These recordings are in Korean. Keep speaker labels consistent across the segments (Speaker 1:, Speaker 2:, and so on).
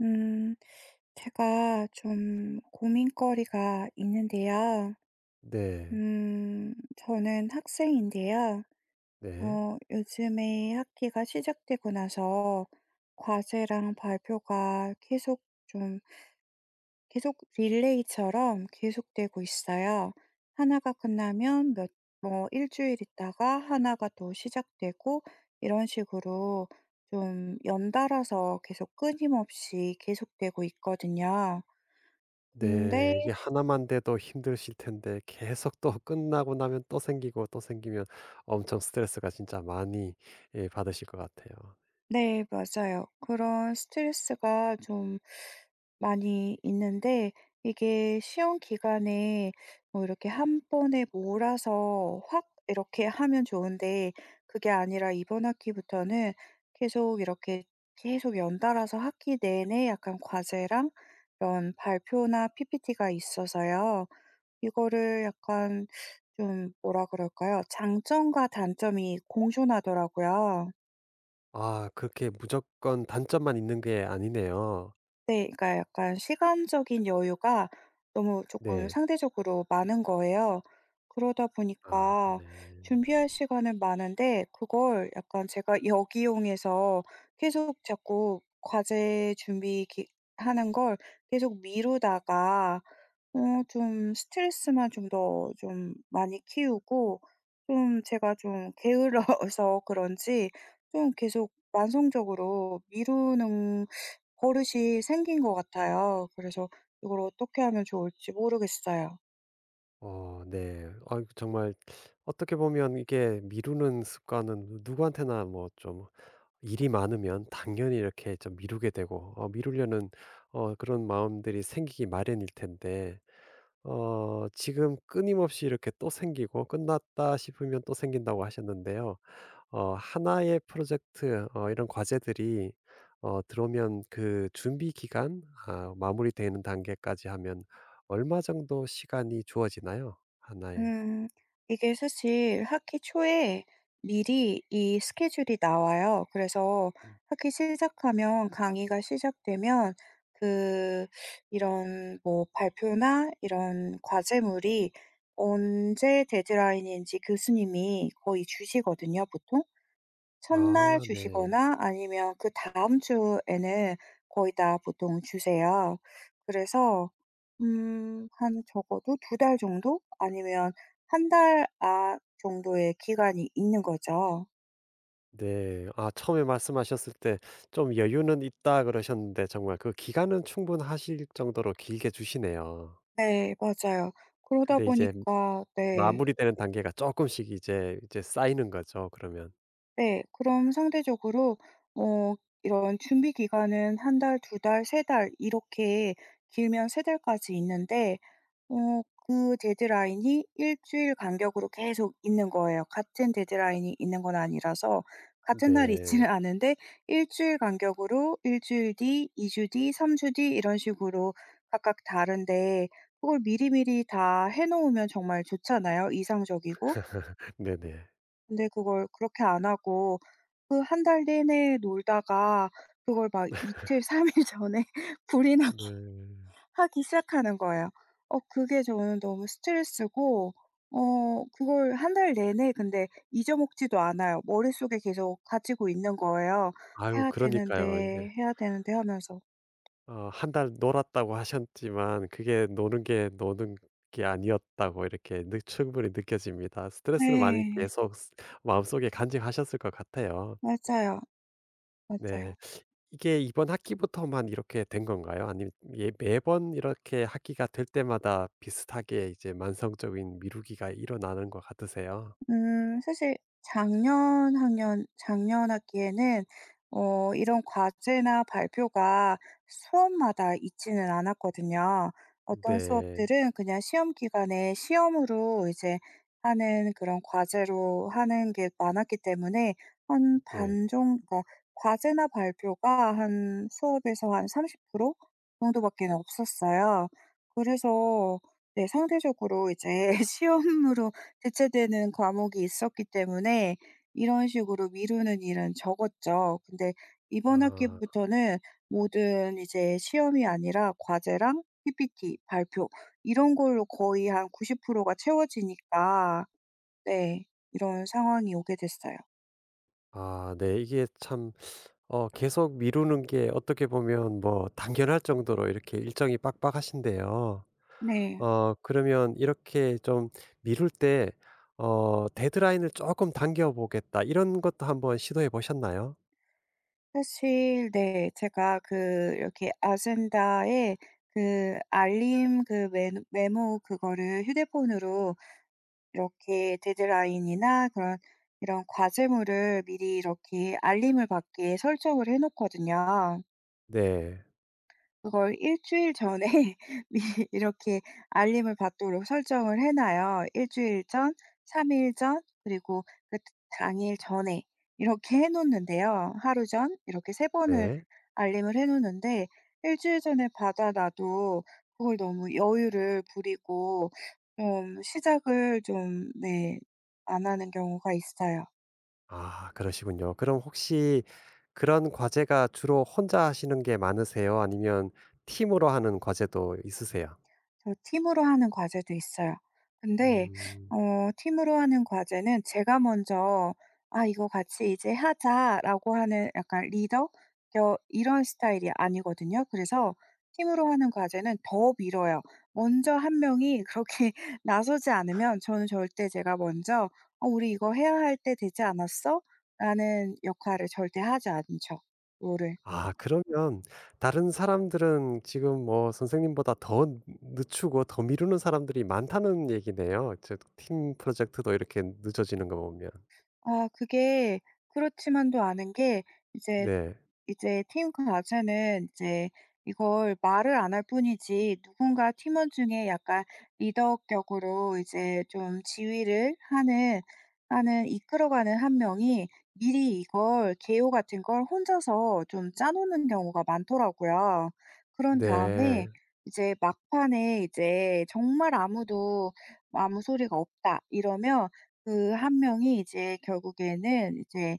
Speaker 1: 음, 제가 좀 고민거리가 있는데요.
Speaker 2: 네.
Speaker 1: 저는 학생인데요.
Speaker 2: 네.
Speaker 1: 요즘에 학기가 시작되고 나서 과제랑 발표가 계속 좀, 계속 릴레이처럼 계속되고 있어요. 하나가 끝나면 뭐, 일주일 있다가 하나가 또 시작되고, 이런 식으로 좀 연달아서 계속 끊임없이 계속되고 있거든요. 근데
Speaker 2: 네. 이게 하나만 돼도 힘드실 텐데 계속 또 끝나고 나면 또 생기고 또 생기면 엄청 스트레스가 진짜 많이, 예, 받으실 것 같아요.
Speaker 1: 네, 맞아요. 그런 스트레스가 좀 많이 있는데 이게 시험 기간에 뭐 이렇게 한 번에 몰아서 확 이렇게 하면 좋은데, 그게 아니라 이번 학기부터는 계속 이렇게 계속 연달아서 학기 내내 약간 과제랑 이런 발표나 PPT가 있어서요. 이거를 약간 좀 뭐라 그럴까요? 장점과 단점이 공존하더라고요.
Speaker 2: 아, 그렇게 무조건 단점만 있는 게 아니네요.
Speaker 1: 네. 그러니까 약간 시간적인 여유가 너무 조금
Speaker 2: 네.
Speaker 1: 상대적으로 많은 거예요. 그러다
Speaker 2: 아,
Speaker 1: 보니까
Speaker 2: 네.
Speaker 1: 준비할 시간은 많은데 그걸 약간 제가 역이용해서 계속 자꾸 과제 준비 기 하는 걸 계속 미루다가 좀 스트레스만 좀 더 좀 많이 키우고, 좀 제가 좀 게을러서 그런지 좀 계속 만성적으로 미루는 버릇이 생긴 것 같아요. 그래서 이걸 어떻게 하면 좋을지 모르겠어요.
Speaker 2: 네. 아, 정말 어떻게 보면 이게 미루는 습관은 누구한테나 뭐 좀 일이 많으면 당연히 이렇게 좀 미루게 되고, 미루려는 그런 마음들이 생기기 마련일 텐데, 지금 끊임없이 이렇게 또 생기고 끝났다 싶으면 또 생긴다고 하셨는데요. 하나의 프로젝트, 이런 과제들이 들어오면 그 준비 기간, 마무리되는 단계까지 하면 얼마 정도 시간이 주어지나요? 하나에.
Speaker 1: 음. 이게 사실 학기 초에 미리 이 스케줄이 나와요. 그래서 학기 시작하면, 강의가 시작되면 그 이런 뭐 발표나 이런 과제물이 언제 데드라인인지 교수님이 거의 주시거든요, 보통. 첫날
Speaker 2: 아, 네.
Speaker 1: 주시거나 아니면 그다음 주에는 거의 다 보통 주세요. 그래서 음 한 적어도 두 달 정도 아니면 한 달 정도의 기간이 있는 거죠.
Speaker 2: 네. 아, 처음에 말씀하셨을 때 "좀 여유는 있다." 그러셨는데 정말 그 기간은 충분하실 정도로 길게 주시네요.
Speaker 1: 네, 맞아요. 그러다
Speaker 2: 근데 이제
Speaker 1: 보니까, 네.
Speaker 2: 마무리되는 단계가 쪼끔씩 이제 쌓이는 거죠 그러면.
Speaker 1: 네. 그럼 상대적으로 어 이런 준비 기간은 한 달, 두 달, 세 달 이렇게 길면 세 달까지 있는데 그 데드라인이 일 주일 간격으로 계속 있는 거예요. 같은 데드라인이 있는 건 아니라서 같은 날이
Speaker 2: 네.
Speaker 1: 있지는 않은데, 일 주일 간격으로 일 주일 뒤, 2주 뒤, 3주 뒤 이런 식으로 각각 다른데 그걸 미리미리 다 해 놓으면 정말 좋잖아요, 이상적이고.
Speaker 2: 네네.
Speaker 1: 근데 그걸 그렇게 안 하고 그 한 달 내내 놀다가 그걸 막 이틀 삼일 전에 불이 나기
Speaker 2: 네.
Speaker 1: 하기 시작하는 거예요. 그게 저는 너무 스트레스고, 그걸 한 달 내내 근데 잊어먹지도 않아요. 머릿속에 계속 가지고 있는 거예요.
Speaker 2: 아유,
Speaker 1: '해야
Speaker 2: 그러니까요. 이제
Speaker 1: 되는데, 해야 되는데.' 하면서.
Speaker 2: 한 달 놀았다고 하셨지만 그게 노는 게 노는 게 아니었다고 이렇게 느 충분히 느껴집니다. 스트레스는 많이
Speaker 1: 네.
Speaker 2: 계속 스 마음속에 간직하셨을 것 같아요.
Speaker 1: 맞아요.
Speaker 2: 네.
Speaker 1: 맞아요.
Speaker 2: 이게 이번 학기부터만 이렇게 된 건가요? 아니면, 예, 매번 이렇게 학기가 될 때마다 비슷하게 이제 만성적인 미루기가 일어나는 것 같으세요?
Speaker 1: 사실 작년 학기에는 이런 과제나 발표가 수업마다 있지는 않았거든요. 어떤
Speaker 2: 네.
Speaker 1: 수업들은 그냥 시험 기간에 시험으로 이제 하는, 그런 과제로 하는 게 많았기 때문에 한
Speaker 2: 네.
Speaker 1: 반 정 그러니까 과제나 발표가 한 수업에서 한 30%정도밖에 없었어요. 그래서 네, 상대적으로 이제 시험으로 대체되는 과목이 있었기 때문에 이런 식으로 미루는 일은 적었죠. 근데 이번
Speaker 2: 아.
Speaker 1: 학기부터는 모든 이제 시험이 아니라 과제랑 PPT, 발표 이런 걸로 거의 한 90%가 채워지니까 네, 이런 상황이 오게 됐어요.
Speaker 2: 아, 네. 이게 참 계속 미루는 게 어떻게 보면 뭐 당연할 정도로 이렇게 일정이 빡빡하신데요.
Speaker 1: 네.
Speaker 2: 그러면 이렇게 좀 미룰 때 '데드라인을 조금 당겨 보겠다.' 이런 것도 한번 시도해 보셨나요?
Speaker 1: 사실 네, 제가 그 이렇게 아젠다에 그 알림 그 메 메모, 그거를 휴대폰으로 이렇게 데드라인이나 그런 이런 과제물을 미리 이렇게 알림을 받게 설정을 해 놓거든요.
Speaker 2: 네.
Speaker 1: 그걸 일 주일 전에 미리 이렇게 알림을 받도록 설정을 해 놔요. 일 주일 전, 3일 전, 그리고 그 당일 전에 이렇게 해 놓는데요. 하루 전 이렇게 세 번을
Speaker 2: 네.
Speaker 1: 알림을 해 놓는데 일 주일 전에 받아 놔도 그걸 너무 여유를 부리고 좀 시작을 좀, 네, 안 하는 경우가 있어요.
Speaker 2: 아, 그러시군요. 그럼 혹시 그런 과제가 주로 혼자 하시는 게 많으세요? 아니면 팀으로 하는 과제도 있으세요?
Speaker 1: 저 팀으로 하는 과제도 있어요. 근데
Speaker 2: 음.
Speaker 1: 팀으로 하는 과제는 제가 먼저 "아 이거 같이 이제 하자."라고 하는, 약간 리더 저 이런 스타일이 아니거든요. 그래서 팀으로 하는 과제는 더 미뤄요. 먼저 한 명이 그렇게 나서지 않으면 저는 절대 제가 먼저 "어 우리 이거 해야 할 때 되지 않았어?" 라는 역할을 절대 하지 않죠, 뭐를.
Speaker 2: 아, 그러면 다른 사람들은 지금 뭐 선생님보다 더 늦추고 더 미루는 사람들이 많다는 얘기네요. 즉 팀 프로젝트도 이렇게 늦어지는 거 보면.
Speaker 1: 아, 그게 그렇지만도 않은 게, 이제
Speaker 2: 네.
Speaker 1: 팀 그 자체는 이제 이걸 말을 안 할 뿐이지 누군가 팀원 중에 약간 리더격으로 이제 좀 지휘를 하는, 이끌어가는 한 명이 미리 이걸 개요 같은 걸 혼자서 좀 짜 놓는 경우가 많더라고요. 그런 다음에
Speaker 2: 네.
Speaker 1: 이제 막판에 이제 정말 아무도 "아무 소리가 없다." 이러면 그 한 명이 이제 결국에는 이제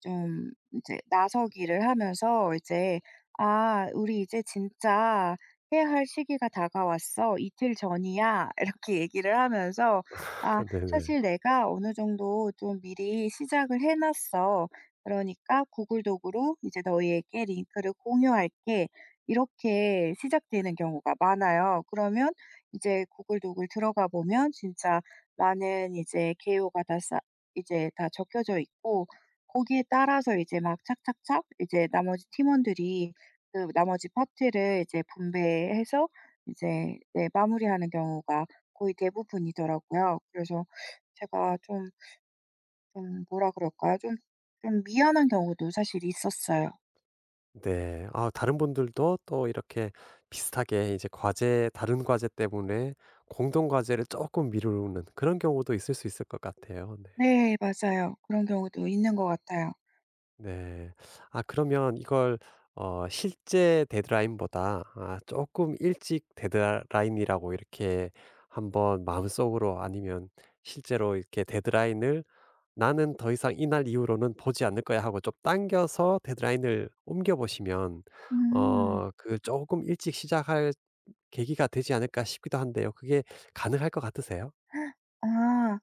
Speaker 1: 좀 이제 나서기를 하면서 이제 '아 우리 이제 진짜 해야 할 시기가 다가왔어. 이틀 전이야.' 이렇게 얘기를 하면서 "아
Speaker 2: 네네.
Speaker 1: 사실 내가 어느 정도 좀 미리 시작을 해 놨어. 그러니까 구글 도구로 이제 너희에게 링크를 공유할게." 이렇게 시작되는 경우가 많아요. 그러면 이제 구글 도구를 들어가 보면 진짜 많은 이제 개요가 다 쌓 이제 다 적혀져 있고, 거기에 따라서 이제 막 착착착 이제 나머지 팀원들이 그 나머지 파트를 이제 분배해서 이제, 네, 마무리하는 경우가 거의 대부분이더라고요. 그래서 제가 좀 뭐라 그럴까요? 좀 미안한 경우도 사실 있었어요.
Speaker 2: 네. 아, 다른 분들도 또 이렇게 비슷하게 이제 과제, 다른 과제 때문에 공동 과제를 조금 미루는 그런 경우도 있을 수 있을 것 같아요.
Speaker 1: 네, 맞아요. 그런 경우도 있는 것 같아요.
Speaker 2: 네. 아, 그러면 이걸 실제 데드라인보다 아금 일찍 데드라인이라고 이렇게 한번 마음속으로 아니면 실제로 이렇게 데드라인을 '나는 더 이상 이날 이후로는 보지 않을 거야.' 하고 좀 당겨서 데드라인을 옮겨 보시면
Speaker 1: 음.
Speaker 2: 그 조금 일찍 시작할 계기가 되지 않을까 싶기도 한데요. 그게 가능할 것 같으세요?
Speaker 1: 아.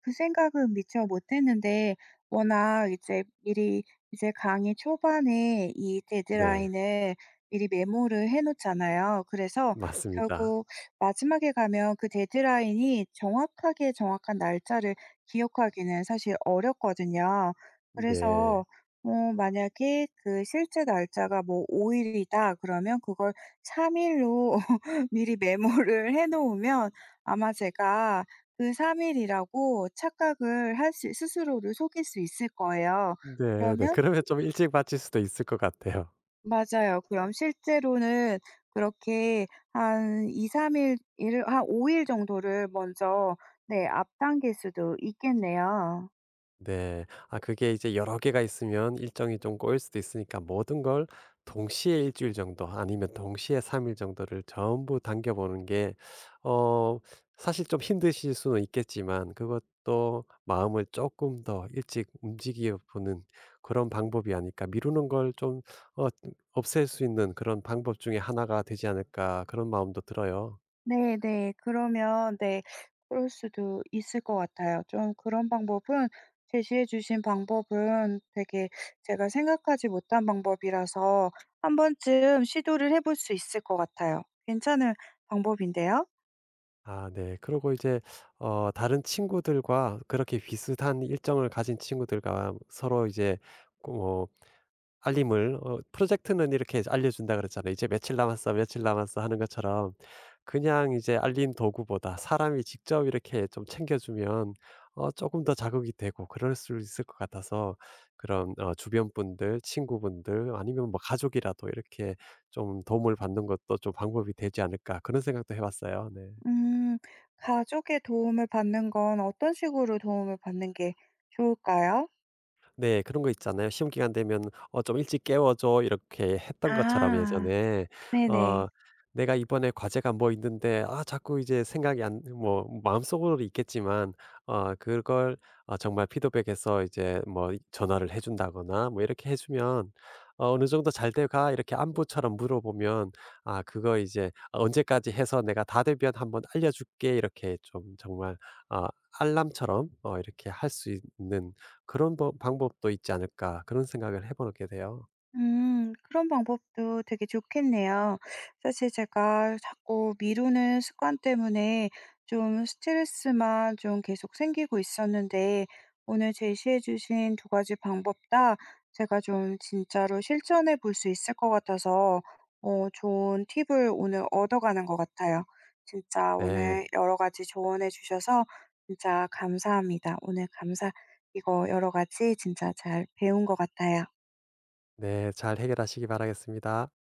Speaker 1: 그 생각은 미처 못 했는데 워낙 이제 미리 이제 강의 초반에 이
Speaker 2: 네.
Speaker 1: 데드라인을 미리 메모를 해 놓잖아요. 그래서
Speaker 2: 맞습니다.
Speaker 1: 결국 마지막에 가면 그 데드라인이 정확하게 정확한 날짜를 기억하기는 사실 어렵거든요.
Speaker 2: 네.
Speaker 1: 그래서 어 만약에 그 실제 날짜가 뭐 5 일이다 그러면 그걸 3 일로 미리 메모를 해 놓으면 아마 제가 그 3 일이라고 착각을 할 수, 스스로를 속일 수 있을 거예요.
Speaker 2: 네네.
Speaker 1: 그러면
Speaker 2: 그러면 좀 일찍 마칠 수도 있을 것 같아요.
Speaker 1: 맞아요. 그럼 실제로는 그렇게 한 2-3 일 일을 한 5일 정도를 먼저, 네, 앞당길 수도 있겠네요.
Speaker 2: 네. 아, 그게 이제 여러 개가 있으면 일정이 좀 꼬일 수도 있으니까 모든 걸 동시에 일 주일 정도, 아니면 동시에 3일 정도를 전부 당겨 보는 게, 어 사실 좀 힘드실 수는 있겠지만 그것도 마음을 조금 더 일찍 움직여 보는 그런 방법이 아닐까, '미루는 걸 좀 어 없앨 수 있는 그런 방법 중에 하나가 되지 않을까.' 그런 마음도 들어요.
Speaker 1: 네네. 그러면 네, 그럴 수도 있을 것 같아요. 좀 그런 방법은 제시해 주신 방법은 되게 제가 생각하지 못한 방법이라서 한번쯤 시도를 해볼 수 있을 것 같아요. 괜찮은 방법인데요.
Speaker 2: 아, 네. 그리고 이제 다른 친구들과 그렇게 비슷한 일정을 가진 친구들과 서로 이제 뭐 알림을, 프로젝트는 이렇게 알려 준다 그랬잖아요. "이제 며칠 남았어, 며칠 남았어." 하는 것처럼 그냥 이제 알림 도구보다 사람이 직접 이렇게 좀 챙겨 주면 어금더 자극이 되고 그럴 수 있을 것 같아서 그런, 주변 분들, 친구분들 아니면 뭐 가족이라도 이렇게 좀 도움을 받는 것도 좀 방법이 되지 않을까 그런 생각도 해 봤어요. 네.
Speaker 1: 음 가족의 도움을 받는 건 어떤 식으로 도움을 받는 게 좋을까요?
Speaker 2: 네. 그런 거 있잖아요. 시험 기간 되면 "어 좀 일찍 깨워 줘." 이렇게 했던 것처럼
Speaker 1: 아,
Speaker 2: 예전에.
Speaker 1: 네네.
Speaker 2: 어 내가 이번에 과제가 뭐 있는데 아 자꾸 이제 생각이 안, 뭐 마음속으로 있겠지만 그걸 정말 피드백해서 이제 뭐 전화를 해 준다거나 뭐 이렇게 해 주면 "어느 정도 잘 돼 가?" 이렇게 안부처럼 물어보면, 아, 그거 이제 "언제까지 해서 내가 다 되면 한번 알려 줄게." 이렇게 좀 정말 어 알람처럼 이렇게 할 수 있는 그런 법 방법도 있지 않을까 그런 생각을 해 보게 돼요.
Speaker 1: 음. 그런 방법도 되게 좋겠네요. 사실 제가 자꾸 미루는 습관 때문에 좀 스트레스만 좀 계속 생기고 있었는데 오늘 제시해 주신 두 가지 방법 다 제가 좀 진짜로 실천해 볼 수 있을 것 같아서 좋은 팁을 오늘 얻어가는 것 같아요. 진짜
Speaker 2: 네.
Speaker 1: 오늘 여러 가지 조언해 주셔서 진짜 감사합니다. 오늘 감사 이거 여러 가지 진짜 잘 배운 것 같아요.
Speaker 2: 네. 잘 해결하시기 바라겠습니다.